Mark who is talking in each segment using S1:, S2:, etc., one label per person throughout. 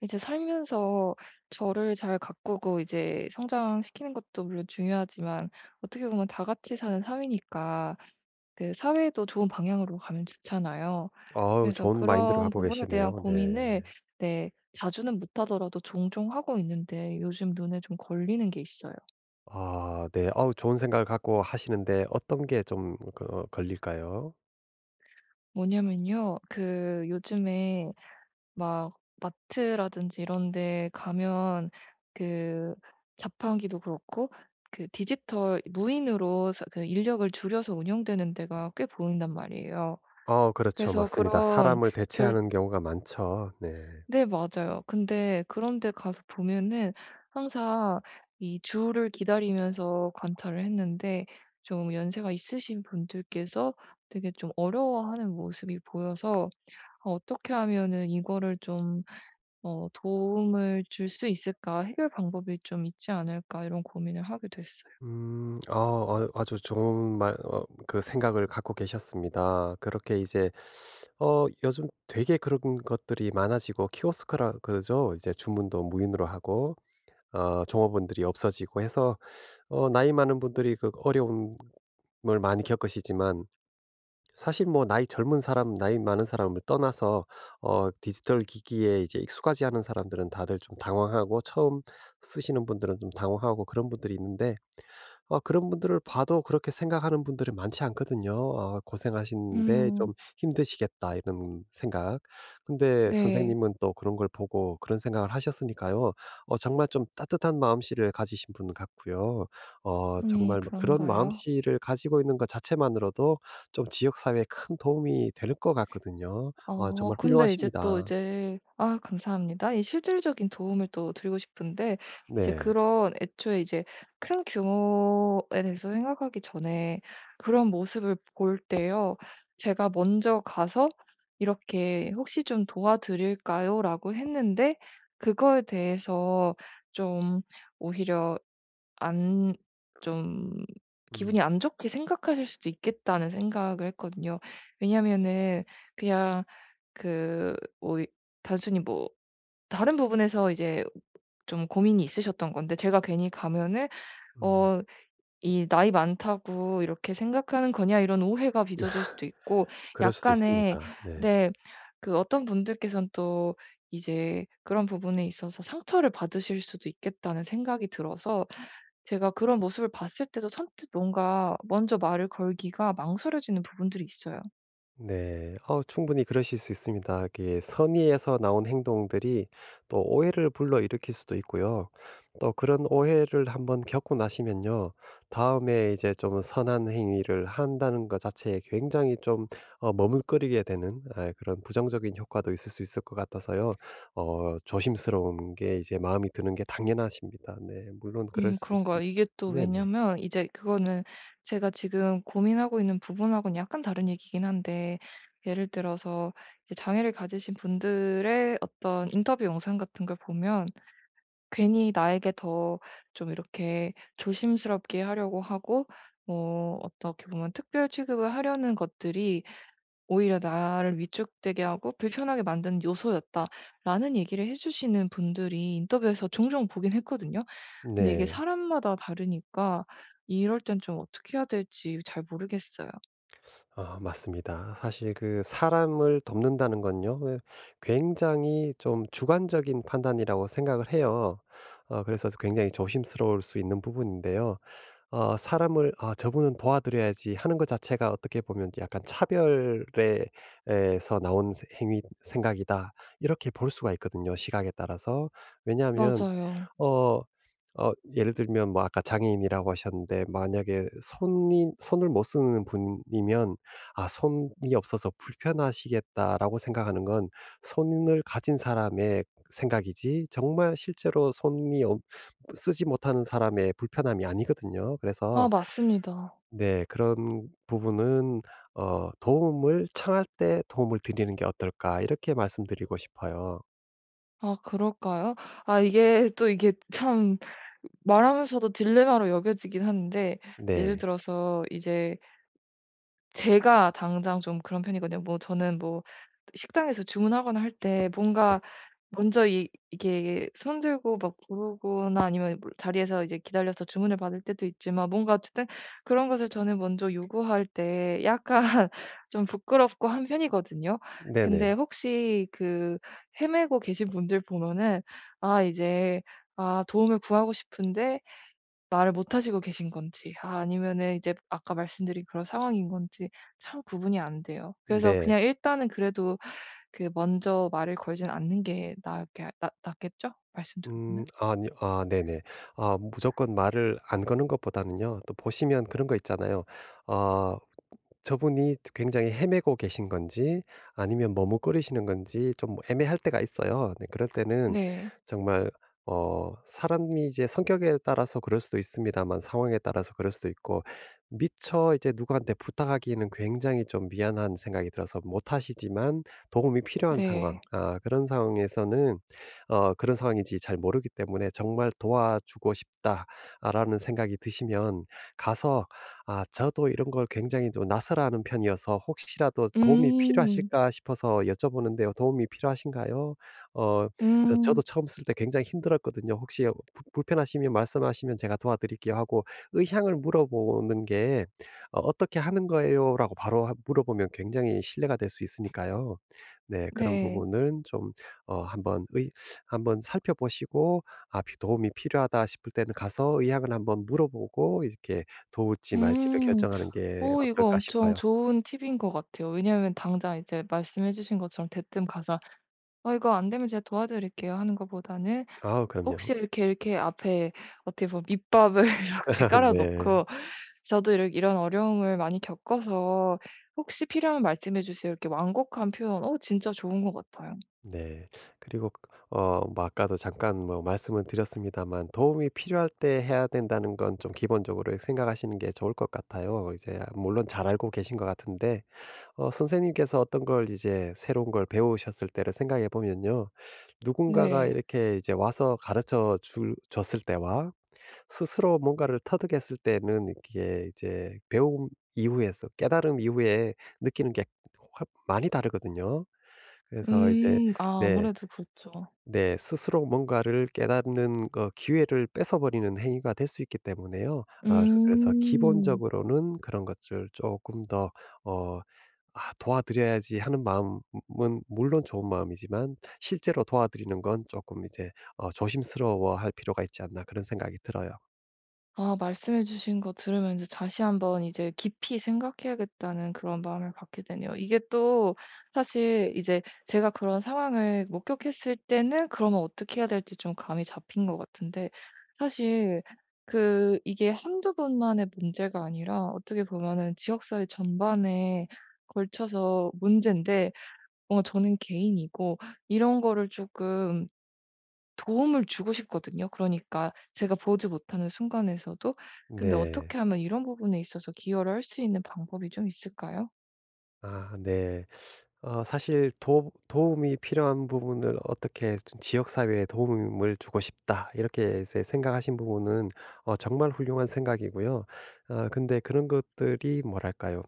S1: 이제 살면서 저를 잘 가꾸고 이제 성장시키는 것도 물론 중요하지만, 어떻게 보면 다 같이 사는 사회니까 그 사회도 좋은 방향으로 가면 좋잖아요.
S2: 아우
S1: 그래서
S2: 좋은 마인드를
S1: 그런
S2: 갖고
S1: 부분에 대한
S2: 계시네요. 네.
S1: 고민을, 네, 자주는 못하더라도 종종 하고 있는데 요즘 눈에 좀 걸리는 게 있어요.
S2: 아 네. 아우 좋은 생각을 갖고 하시는데 어떤 게 좀 걸릴까요?
S1: 뭐냐면요, 그 요즘에 막 마트라든지 이런 데 가면 그 자판기도 그렇고 그 디지털 무인으로 그 인력을 줄여서 운영되는 데가 꽤 보인단 말이에요.
S2: 어 그렇죠.
S1: 그래서
S2: 맞습니다.
S1: 그런
S2: 사람을
S1: 결
S2: 대체하는 경우가 많죠. 네.
S1: 네, 맞아요. 근데 그런 데 가서 보면은 항상 이 줄을 기다리면서 관찰을 했는데, 좀 연세가 있으신 분들께서 되게 좀 어려워하는 모습이 보여서 '아, 어떻게 하면은 이거를 좀' '도움을 줄 수 있을까? 해결 방법이 좀 있지 않을까?' 이런 고민을 하게 됐어요.
S2: 음. 아주 좋은 말 생각을 갖고 계셨습니다. 그렇게 이제 요즘 되게 그런 것들이 많아지고 키오스크라 그러죠? 이제 주문도 무인으로 하고 종업원들이 없어지고 해서 나이 많은 분들이 그 어려움을 많이 겪으시지만 사실 뭐 나이 젊은 사람, 나이 많은 사람을 떠나서 디지털 기기에 이제 익숙하지 않은 사람들은 다들 좀 당황하고 처음 쓰시는 분들은 좀 당황하고 그런 분들이 있는데 그런 분들을 봐도 그렇게 생각하는 분들이 많지 않거든요. '아 고생하시는데
S1: 음.
S2: 좀 힘드시겠다.' 이런 생각. 근데
S1: 네.
S2: 선생님은 또 그런 걸 보고 그런 생각을 하셨으니까요. 정말 좀 따뜻한 마음씨를 가지신 분 같고요.
S1: 음,
S2: 정말 뭐 그런
S1: 그런가요?
S2: 마음씨를 가지고 있는 것 자체만으로도 좀 지역 사회에 큰 도움이 될 것 같거든요. 아
S1: 어
S2: 정말
S1: 근데 이제 또
S2: 훌륭하십니다.
S1: 이제 "아, 감사합니다." 이 실질적인 도움을 또 드리고 싶은데, 이제
S2: 네.
S1: 그런 애초에 이제 큰 규모에 대해서 생각하기 전에 그런 모습을 볼 때요, 제가 먼저 가서 이렇게 "혹시 좀 도와드릴까요?"라고 했는데, 그거에 대해서 좀 오히려 안 좀
S2: 음.
S1: 기분이 안 좋게 생각하실 수도 있겠다는 생각을 했거든요. 왜냐면은 그냥 그 뭐 이 단순히 뭐 다른 부분에서 이제 좀 고민이 있으셨던 건데 제가 괜히 가면은
S2: 음.
S1: 어 이 "나이 많다고 이렇게 생각하는 거냐?" 이런 오해가 빚어질 수도 있고,
S2: 그럴 수도
S1: 약간의,
S2: 있습니다. 네.
S1: 네, 그 어떤 분들께선 또 이제 그런 부분에 있어서 상처를 받으실 수도 있겠다는 생각이 들어서 제가 그런 모습을 봤을 때도 선뜻 뭔가 먼저 말을 걸기가 망설여지는 부분들이 있어요.
S2: 네. 어 충분히 그러실 수 있습니다. 그게 선의에서 나온 행동들이 또 오해를 불러일으킬 수도 있고요. 또 그런 오해를 한번 겪고 나시면요. 다음에 이제 좀 선한 행위를 한다는 것 자체에 굉장히 좀 머뭇거리게 되는 그런 부정적인 효과도 있을 수 있을 것 같아서요. 조심스러운 게 이제 마음이 드는 게 당연하십니다. 네. 물론
S1: 음,
S2: 그랬을 수
S1: 그런가요?
S2: 있
S1: 이게 또
S2: 네네.
S1: 왜냐면 이제 그거는 제가 지금 고민하고 있는 부분하고는 약간 다른 얘기긴 한데, 예를 들어서 이제 장애를 가지신 분들의 어떤 인터뷰 영상 같은 걸 보면 괜히 나에게 더 좀 이렇게 조심스럽게 하려고 하고, 뭐 어떻게 보면 특별 취급을 하려는 것들이 오히려 나를 위축되게 하고 불편하게 만드는 요소였다라는 얘기를 해 주시는 분들이 인터뷰에서 종종 보긴 했거든요. 근데 이게
S2: 네.
S1: 사람마다 다르니까 이럴 땐 좀 어떻게 해야 될지 잘 모르겠어요.
S2: 아 맞습니다. 사실 그 사람을 돕는다는 건요. 왜 굉장히 좀 주관적인 판단이라고 생각을 해요. 그래서 굉장히 조심스러울 수 있는 부분인데요. 사람을 '아 저분은 도와드려야지.' 하는 것 자체가 어떻게 보면 약간 '차별에 에서 나온 세 행위 생각이다.' 이렇게 볼 수가 있거든요 시각에 따라서. 왜냐하면
S1: 맞아요.
S2: 어 예를 들면 뭐 아까 장애인이라고 하셨는데 만약에 손이 손을 못 쓰는 분이면 '아 손이 없어서 불편하시겠다.'라고 생각하는 건 손을 가진 사람의 생각이지 정말 실제로 손이 없 쓰지 못하는 사람의 불편함이 아니거든요.
S1: 아,
S2: 그래서
S1: 맞습니다.
S2: 네 그런 부분은 '도움을 청할 때 도움을 드리는 게 어떨까.' 이렇게 말씀드리고 싶어요.
S1: 아, 그럴까요? 아 이게 또 이게 참 말하면서도 딜레마로 여겨지긴 하는데, 예를
S2: 네.
S1: 들어서 이제 제가 당장 좀 그런 편이거든요. 뭐 저는 뭐 식당에서 주문하거나 할 때
S2: 네.
S1: 뭔가 먼저 이 이게 손 들고 막 부르거나 아니면 뭐 자리에서 이제 기다려서 주문을 받을 때도 있지만 뭔가 어쨌든 그런 것을 저는 먼저 요구할 때 약간 좀 부끄럽고 한 편이거든요. 근데
S2: 네네.
S1: 혹시 그 헤매고 계신 분들 보면은 아 이제 아 도움을 구하고 싶은데 말을 못 하시고 계신 건지 아, 아니면은 이제 아까 말씀드린 그런 상황인 건지 참 구분이 안 돼요. 그래서
S2: 네.
S1: 그냥 일단은 그래도 그 먼저 말을 걸진 않는 게 나게 낫 낫겠죠? 말씀 들어보면?
S2: 아니요. 아 네네. 아 무조건 말을 안 거는 것보다는요. 또 보시면 그런 거 있잖아요. 어 저분이 굉장히 헤매고 계신 건지 아니면 머뭇거리시는 건지 좀 애매할 때가 있어요. 네 그럴 때는
S1: 네.
S2: 정말 사람이 이제 성격에 따라서 그럴 수도 있습니다만 상황에 따라서 그럴 수도 있고 미처 이제 누구한테 부탁하기에는 굉장히 좀 미안한 생각이 들어서 못 하시지만 도움이 필요한 상황
S1: 네.
S2: 그런 상황에서는 그런 상황인지 잘 모르기 때문에 '정말 도와주고 싶다.'라는 생각이 드시면 가서 아 저도 이런 걸 굉장히 좀 낯설어하는 편이어서 혹시라도 도움이
S1: 음.
S2: 필요하실까 싶어서 여쭤보는데요. 도움이 필요하신가요? 어 어 저도
S1: 음.
S2: 처음 쓸 때 굉장히 힘들었거든요. "혹시 어 불편하시면 말씀하시면 제가 도와드릴게요." 하고 의향을 물어보는 게 "어 어떻게 하는 거예요?"라고 바로 하 물어보면 굉장히 실례가 될 수 있으니까요. 네 그런
S1: 네.
S2: 부분은 좀 어 한번 의 한번 살펴보시고 아 비 도움이 필요하다 싶을 때는 가서 의향을 한번 물어보고 이렇게 도울지 말지를
S1: 음.
S2: 결정하는 게
S1: 오, 이거
S2: 어떨까
S1: 엄청
S2: 싶어요.
S1: 좋은 팁인 것 같아요. 왜냐하면 당장 이제 말씀해 주신 것처럼 대뜸 가서 "어, 이거 안 되면 제가 도와드릴게요." 하는 것보다는
S2: 아 그럼요.
S1: 혹시 이렇게, 이렇게 앞에 어떻게 보면 밑밥을 이렇게 깔아
S2: 네.
S1: 놓고 "저도 이러 이런 어려움을 많이 겪어서 혹시 필요하면 말씀해 주세요." 이렇게 완곡한 표현 어 진짜 좋은 것 같아요.
S2: 네. 그리고 뭐 아까도 잠깐 뭐 말씀을 드렸습니다만 도움이 필요할 때 해야 된다는 건 좀 기본적으로 생각하시는 게 좋을 것 같아요. 이제 물론 잘 알고 계신 것 같은데 선생님께서 어떤 걸 이제 새로운 걸 배우셨을 때를 생각해 보면요. 누군가가
S1: 네.
S2: 이렇게 이제 와서 가르쳐 줄 줬을 때와 스스로 뭔가를 터득했을 때는 이게 이제 배움 이후에서 깨달음 이후에 느끼는 게 훨- 많이 다르거든요. 그래서 이제
S1: 음. 아,
S2: 네.
S1: 아무래도 그렇죠.
S2: 네. 스스로 뭔가를 깨닫는 거 기회를 뺏어버리는 행위가 될 수 있기 때문에요. 아 그래서
S1: 음.
S2: 기본적으로는 그런 것들 조금 더 어 '아 도와드려야지.' 하는 마음은 물론 좋은 마음이지만 실제로 도와드리는 건 조금 이제 '조심스러워할 필요가 있지 않나.' 그런 생각이 들어요.
S1: 아, 말씀해 주신 거 들으면 서 다시 한번 이제 깊이 생각해야겠다는 그런 마음을 갖게 되네요. 이게 또 사실 이제 제가 그런 상황을 목격했을 때는 그러면 어떻게 해야 될지 좀 감이 잡힌 것 같은데, 사실 그 이게 한두 번만의 문제가 아니라 어떻게 보면은 지역사회 전반에 걸쳐서 문제인데 뭔가 저는 개인이고 이런 거를 조금 도움을 주고 싶거든요. 그러니까 제가 보지 못하는 순간에서도 근데
S2: 네.
S1: 어떻게 하면 이런 부분에 있어서 기여를 할 수 있는 방법이 좀 있을까요?
S2: 아 네. 어 사실 도 도움이 필요한 부분을 어떻게 좀 '지역 사회에 도움을 주고 싶다.' 이렇게 이제 생각하신 부분은 정말 훌륭한 생각이고요. 근데 그런 것들이 뭐랄까요?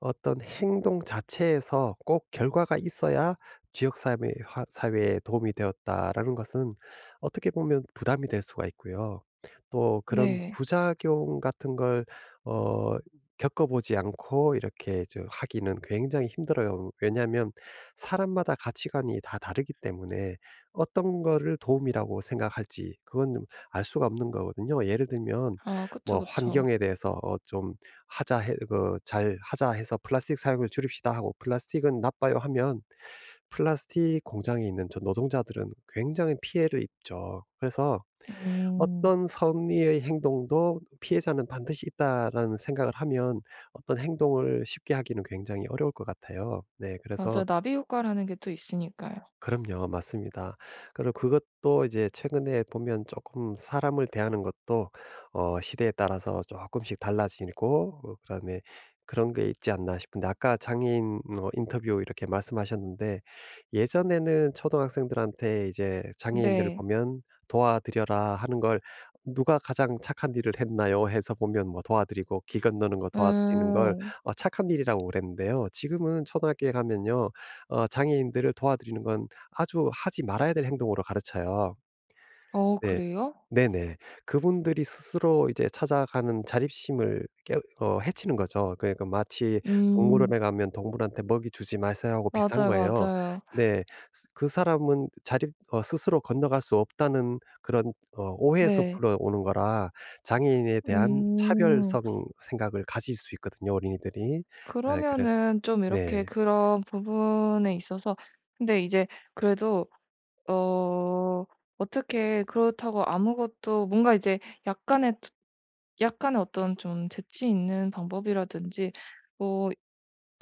S2: 어떤 행동 자체에서 꼭 결과가 있어야 '지역 사회 화 사회에 도움이 되었다.'라는 것은 어떻게 보면 부담이 될 수가 있고요. 또 그런
S1: 네.
S2: 부작용 같은 걸어 겪어보지 않고 이렇게 저 하기는 굉장히 힘들어요. 왜냐하면 사람마다 가치관이 다 다르기 때문에 어떤 거를 도움이라고 생각할지 그건 좀알 수가 없는 거거든요. 예를 들면
S1: 아,
S2: 뭐
S1: 그쵸, 그쵸.
S2: 환경에 대해서 좀 하자 해 그 잘 하자 해서 "플라스틱 사용을 줄입시다." 하고 "플라스틱은 나빠요." 하면 플라스틱 공장이 있는 저 노동자들은 굉장히 피해를 입죠. 그래서
S1: 음.
S2: 어떤 선의의 행동도 '피해자는 반드시 있다.'라는 생각을 하면 어떤 행동을 쉽게 하기는 굉장히 어려울 것 같아요. 네. 그래서
S1: 맞아요. 나비 효과라는 게 또 있으니까요.
S2: 그럼요. 맞습니다. 그리고 그것도 이제 최근에 보면 조금 사람을 대하는 것도 시대에 따라서 조금씩 달라지고 그다음에 그런 게 있지 않나 싶은데 아까 장애인 인터뷰 이렇게 말씀하셨는데 예전에는 초등학생들한테 이제 장애인들을
S1: 네.
S2: 보면 "도와드려라." 하는 걸 '누가 가장 착한 일을 했나요?' 해서 보면 뭐 도와드리고 길 건너는 거 도와드리는 걸
S1: 음.
S2: 착한 일이라고 그랬는데요. 지금은 초등학교에 가면요. 장애인들을 도와드리는 건 아주 하지 말아야 될 행동으로 가르쳐요.
S1: 어,
S2: 네.
S1: 그래요?
S2: 네네. 그분들이 스스로 이제 찾아가는 자립심을 깨 어 해치는 거죠. 그러니까 마치
S1: 음.
S2: 동물원에 가면 동물한테 "먹이 주지 마세요." 하고 비슷한
S1: 맞아요,
S2: 거예요.
S1: 맞아요.
S2: 네. 스 그 사람은 자립 어 스스로 건너갈 수 없다는 그런 오해에서
S1: 네.
S2: 불러오는 거라 장애인에 대한
S1: 음.
S2: 차별성 생각을 가질 수 있거든요, 어린이들이. 예 그래서
S1: 그러면은 좀 이렇게
S2: 네.
S1: 그런 부분에 있어서 근데 이제 그래도 어 어떻게 그렇다고 아무것도 뭔가 이제 약간의 투 약간의 어떤 좀 재치 있는 방법이라든지 뭐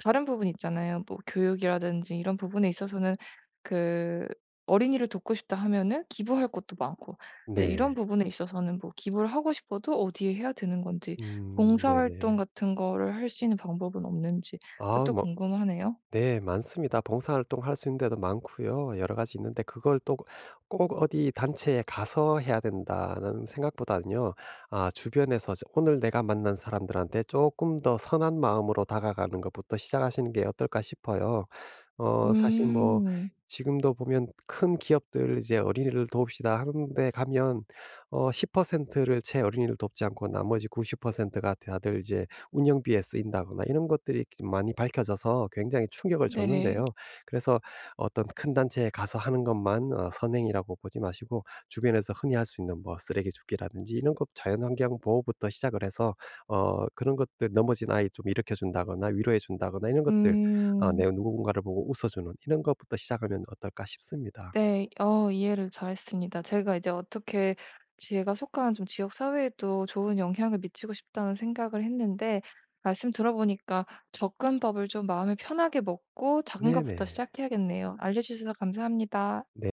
S1: 다른 부분 있잖아요. 뭐 교육이라든지 이런 부분에 있어서는 그 어린이를 돕고 싶다 하면은 기부할 것도 많고 근데 이런
S2: 네.
S1: 부분에 있어서는 뭐 기부를 하고 싶어도 어디에 해야 되는 건지, 봉사활동
S2: 네네.
S1: 같은 거를 할 수 있는 방법은 없는지
S2: 아
S1: 그것도
S2: 뭐
S1: 궁금하네요.
S2: 네, 많습니다. 봉사활동 할 수 있는 데도 많고요. 여러 가지 있는데 그걸 또 꼭 어디 단체에 가서 해야 된다는 생각보다는요. 아, 주변에서 저- 오늘 내가 만난 사람들한테 조금 더 선한 마음으로 다가가는 것부터 시작하시는 게 어떨까 싶어요. 사실 뭐
S1: 음.
S2: 지금도 보면 큰 기업들 이제 "어린이를 돕시다." 하는 데 가면 10%를 채 어린이를 돕지 않고 나머지 90%가 다들 이제 운영비에 쓰인다거나 이런 것들이 많이 밝혀져서 굉장히 충격을
S1: 네.
S2: 줬는데요. 그래서 어떤 큰 단체에 가서 하는 것만 선행이라고 보지 마시고 주변에서 흔히 할 수 있는 뭐 쓰레기 줍기라든지 이런 것 자연환경 보호부터 시작을 해서 그런 것들 넘어진 아이 좀 일으켜 준다거나 위로해 준다거나 이런 것들 아 내
S1: 음.
S2: 누군가를 보고 웃어주는 이런 것부터 시작하면 어떨까 싶습니다.
S1: 네. 어, 이해를 잘했습니다. 제가 이제 어떻게 제가 속한 좀 지역 사회에도 좋은 영향을 미치고 싶다는 생각을 했는데, 말씀 들어보니까 접근법을 좀 마음을 편하게 먹고 작은 것부터
S2: 네네.
S1: 시작해야겠네요. 알려 주셔서 감사합니다.
S2: 네.